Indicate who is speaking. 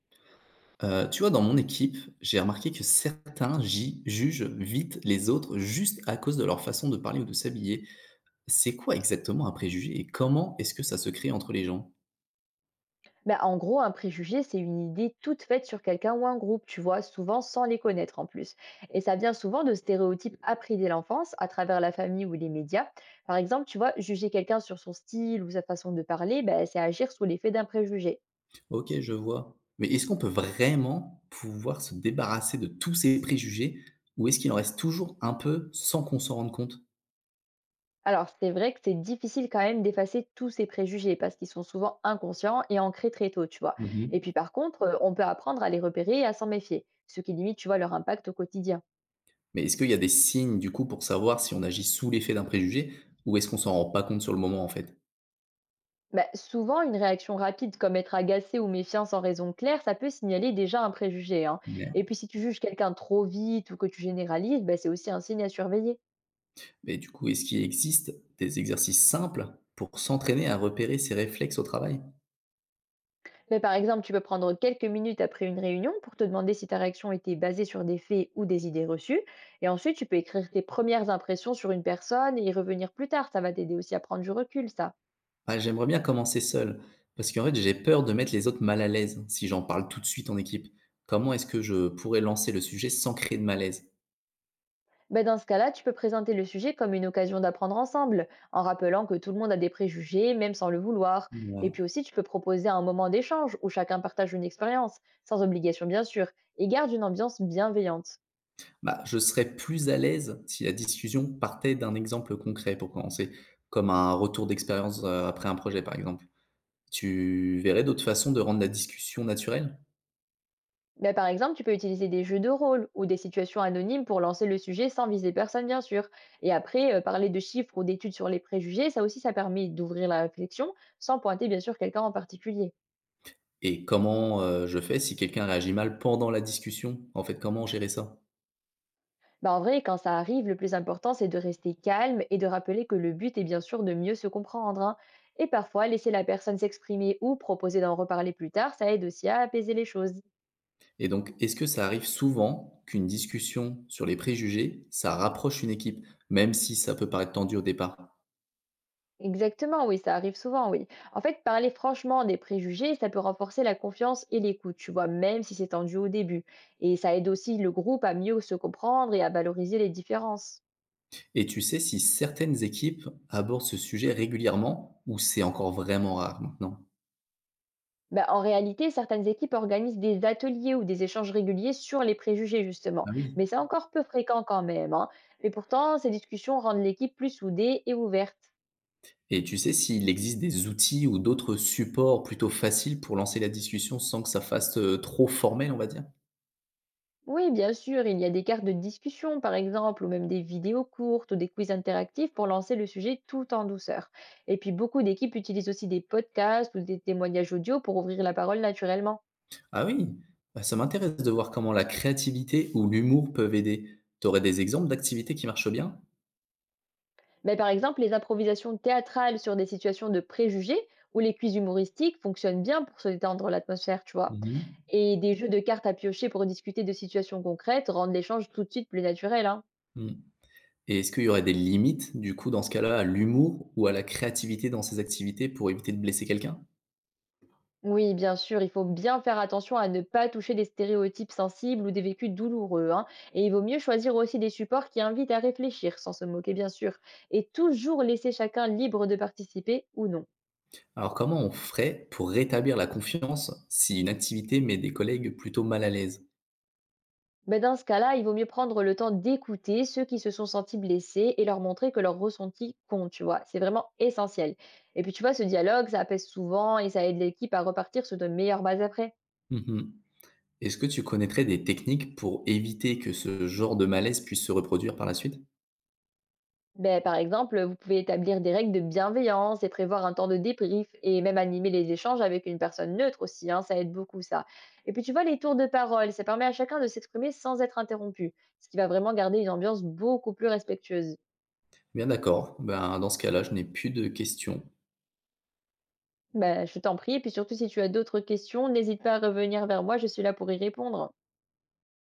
Speaker 1: Tu vois, dans mon équipe, j'ai remarqué que certains ji jugent vite les autres juste à cause de leur façon de parler ou de s'habiller. C'est quoi exactement un préjugé et comment est-ce que ça se crée entre les gens?
Speaker 2: Bah, en gros, un préjugé, c'est une idée toute faite sur quelqu'un ou un groupe, tu vois, souvent sans les connaître en plus. Et ça vient souvent de stéréotypes appris dès l'enfance, à travers la famille ou les médias. Par exemple, tu vois, juger quelqu'un sur son style ou sa façon de parler, bah, c'est agir sous l'effet d'un préjugé.
Speaker 1: OK, je vois. Mais est-ce qu'on peut vraiment pouvoir se débarrasser de tous ces préjugés ou est-ce qu'il en reste toujours un peu sans qu'on s'en rende compte?
Speaker 2: Alors, c'est vrai que c'est difficile quand même d'effacer tous ces préjugés parce qu'ils sont souvent inconscients et ancrés très tôt, tu vois. Et
Speaker 1: Mmh.
Speaker 2: puis par contre, on peut apprendre à les repérer et à s'en méfier, ce qui limite, tu vois, leur impact au quotidien.
Speaker 1: Mais est-ce qu'il y a des signes, du coup, pour savoir si on agit sous l'effet d'un préjugé ou est-ce qu'on s'en rend pas compte sur le moment, en fait?
Speaker 2: Bah, souvent, une réaction rapide comme être agacé ou méfiant sans raison claire, ça peut signaler déjà un préjugé, hein. Et puis si tu juges quelqu'un trop vite ou que tu généralises, bah, c'est aussi un signe à surveiller.
Speaker 1: Mais du coup, est-ce qu'il existe des exercices simples pour s'entraîner à repérer ses réflexes au travail?
Speaker 2: Mais par exemple, tu peux prendre quelques minutes après une réunion pour te demander si ta réaction était basée sur des faits ou des idées reçues. Et ensuite, tu peux écrire tes premières impressions sur une personne et y revenir plus tard. Ça va t'aider aussi à prendre du recul, ça.
Speaker 1: Ah, j'aimerais bien commencer seul, parce qu'en fait, j'ai peur de mettre les autres mal à l'aise si j'en parle tout de suite en équipe. Comment est-ce que je pourrais lancer le sujet sans créer de malaise?
Speaker 2: Ben, dans ce cas-là, tu peux présenter le sujet comme une occasion d'apprendre ensemble, en rappelant que tout le monde a des préjugés, même sans le vouloir. Et
Speaker 1: Ouais.
Speaker 2: puis aussi, tu peux proposer un moment d'échange où chacun partage une expérience, sans obligation bien sûr, et garde une ambiance bienveillante.
Speaker 1: Bah, je serais plus à l'aise si la discussion partait d'un exemple concret pour commencer, comme un retour d'expérience après un projet, par exemple. Tu verrais d'autres façons de rendre la discussion naturelle?
Speaker 2: Ben, par exemple, tu peux utiliser des jeux de rôle ou des situations anonymes pour lancer le sujet sans viser personne, bien sûr. Et après, parler de chiffres ou d'études sur les préjugés, ça aussi, ça permet d'ouvrir la réflexion sans pointer, bien sûr, quelqu'un en particulier.
Speaker 1: Et comment, je fais si quelqu'un réagit mal pendant la discussion? En fait, comment gérer ça?
Speaker 2: Bah, en vrai, quand ça arrive, le plus important, c'est de rester calme et de rappeler que le but est bien sûr de mieux se comprendre, hein. Et parfois, laisser la personne s'exprimer ou proposer d'en reparler plus tard, ça aide aussi à apaiser les choses.
Speaker 1: Et donc, est-ce que ça arrive souvent qu'une discussion sur les préjugés, ça rapproche une équipe, même si ça peut paraître tendu au départ?
Speaker 2: Exactement, oui, ça arrive souvent, oui. En fait, parler franchement des préjugés, ça peut renforcer la confiance et l'écoute, tu vois, même si c'est tendu au début. Et ça aide aussi le groupe à mieux se comprendre et à valoriser les différences.
Speaker 1: Et tu sais si certaines équipes abordent ce sujet régulièrement ou c'est encore vraiment rare maintenant?
Speaker 2: Bah, en réalité, certaines équipes organisent des ateliers ou des échanges réguliers sur les préjugés, justement.
Speaker 1: Ah oui.
Speaker 2: Mais c'est encore peu fréquent quand même, hein. Mais pourtant, ces discussions rendent l'équipe plus soudée et ouverte.
Speaker 1: Et tu sais s'il existe des outils ou d'autres supports plutôt faciles pour lancer la discussion sans que ça fasse, trop formel, on va dire?
Speaker 2: Oui, bien sûr, il y a des cartes de discussion, par exemple, ou même des vidéos courtes ou des quiz interactifs pour lancer le sujet tout en douceur. Et puis, beaucoup d'équipes utilisent aussi des podcasts ou des témoignages audio pour ouvrir la parole naturellement.
Speaker 1: Ah oui? Bah, ça m'intéresse de voir comment la créativité ou l'humour peuvent aider. Tu aurais des exemples d'activités qui marchent bien?
Speaker 2: Mais par exemple, les improvisations théâtrales sur des situations de préjugés ou les quiz humoristiques fonctionnent bien pour se détendre l'atmosphère, tu vois.
Speaker 1: Mmh.
Speaker 2: Et des jeux de cartes à piocher pour discuter de situations concrètes rendent l'échange tout de suite plus naturel, hein.
Speaker 1: Mh. Et est-ce qu'il y aurait des limites, du coup, dans ce cas-là, à l'humour ou à la créativité dans ces activités pour éviter de blesser quelqu'un?
Speaker 2: Oui, bien sûr, il faut bien faire attention à ne pas toucher des stéréotypes sensibles ou des vécus douloureux, hein. Et il vaut mieux choisir aussi des supports qui invitent à réfléchir, sans se moquer, bien sûr. Et toujours laisser chacun libre de participer ou non.
Speaker 1: Alors comment on ferait pour rétablir la confiance si une activité met des collègues plutôt mal à l'aise?
Speaker 2: Ben, dans ce cas-là, il vaut mieux prendre le temps d'écouter ceux qui se sont sentis blessés et leur montrer que leur ressenti compte, tu vois. C'est vraiment essentiel. Et puis, tu vois, ce dialogue, ça apaise souvent et ça aide l'équipe à repartir sur de meilleures bases après.
Speaker 1: Mmh. Est-ce que tu connaîtrais des techniques pour éviter que ce genre de malaise puisse se reproduire par la suite?
Speaker 2: Ben, par exemple, vous pouvez établir des règles de bienveillance et prévoir un temps de débrief et même animer les échanges avec une personne neutre aussi, hein, ça aide beaucoup ça. Et puis tu vois, les tours de parole, ça permet à chacun de s'exprimer sans être interrompu, ce qui va vraiment garder une ambiance beaucoup plus respectueuse.
Speaker 1: Bien d'accord. Ben, dans ce cas-là, je n'ai plus de questions.
Speaker 2: Bah, je t'en prie et puis surtout si tu as d'autres questions, n'hésite pas à revenir vers moi, je suis là pour y répondre.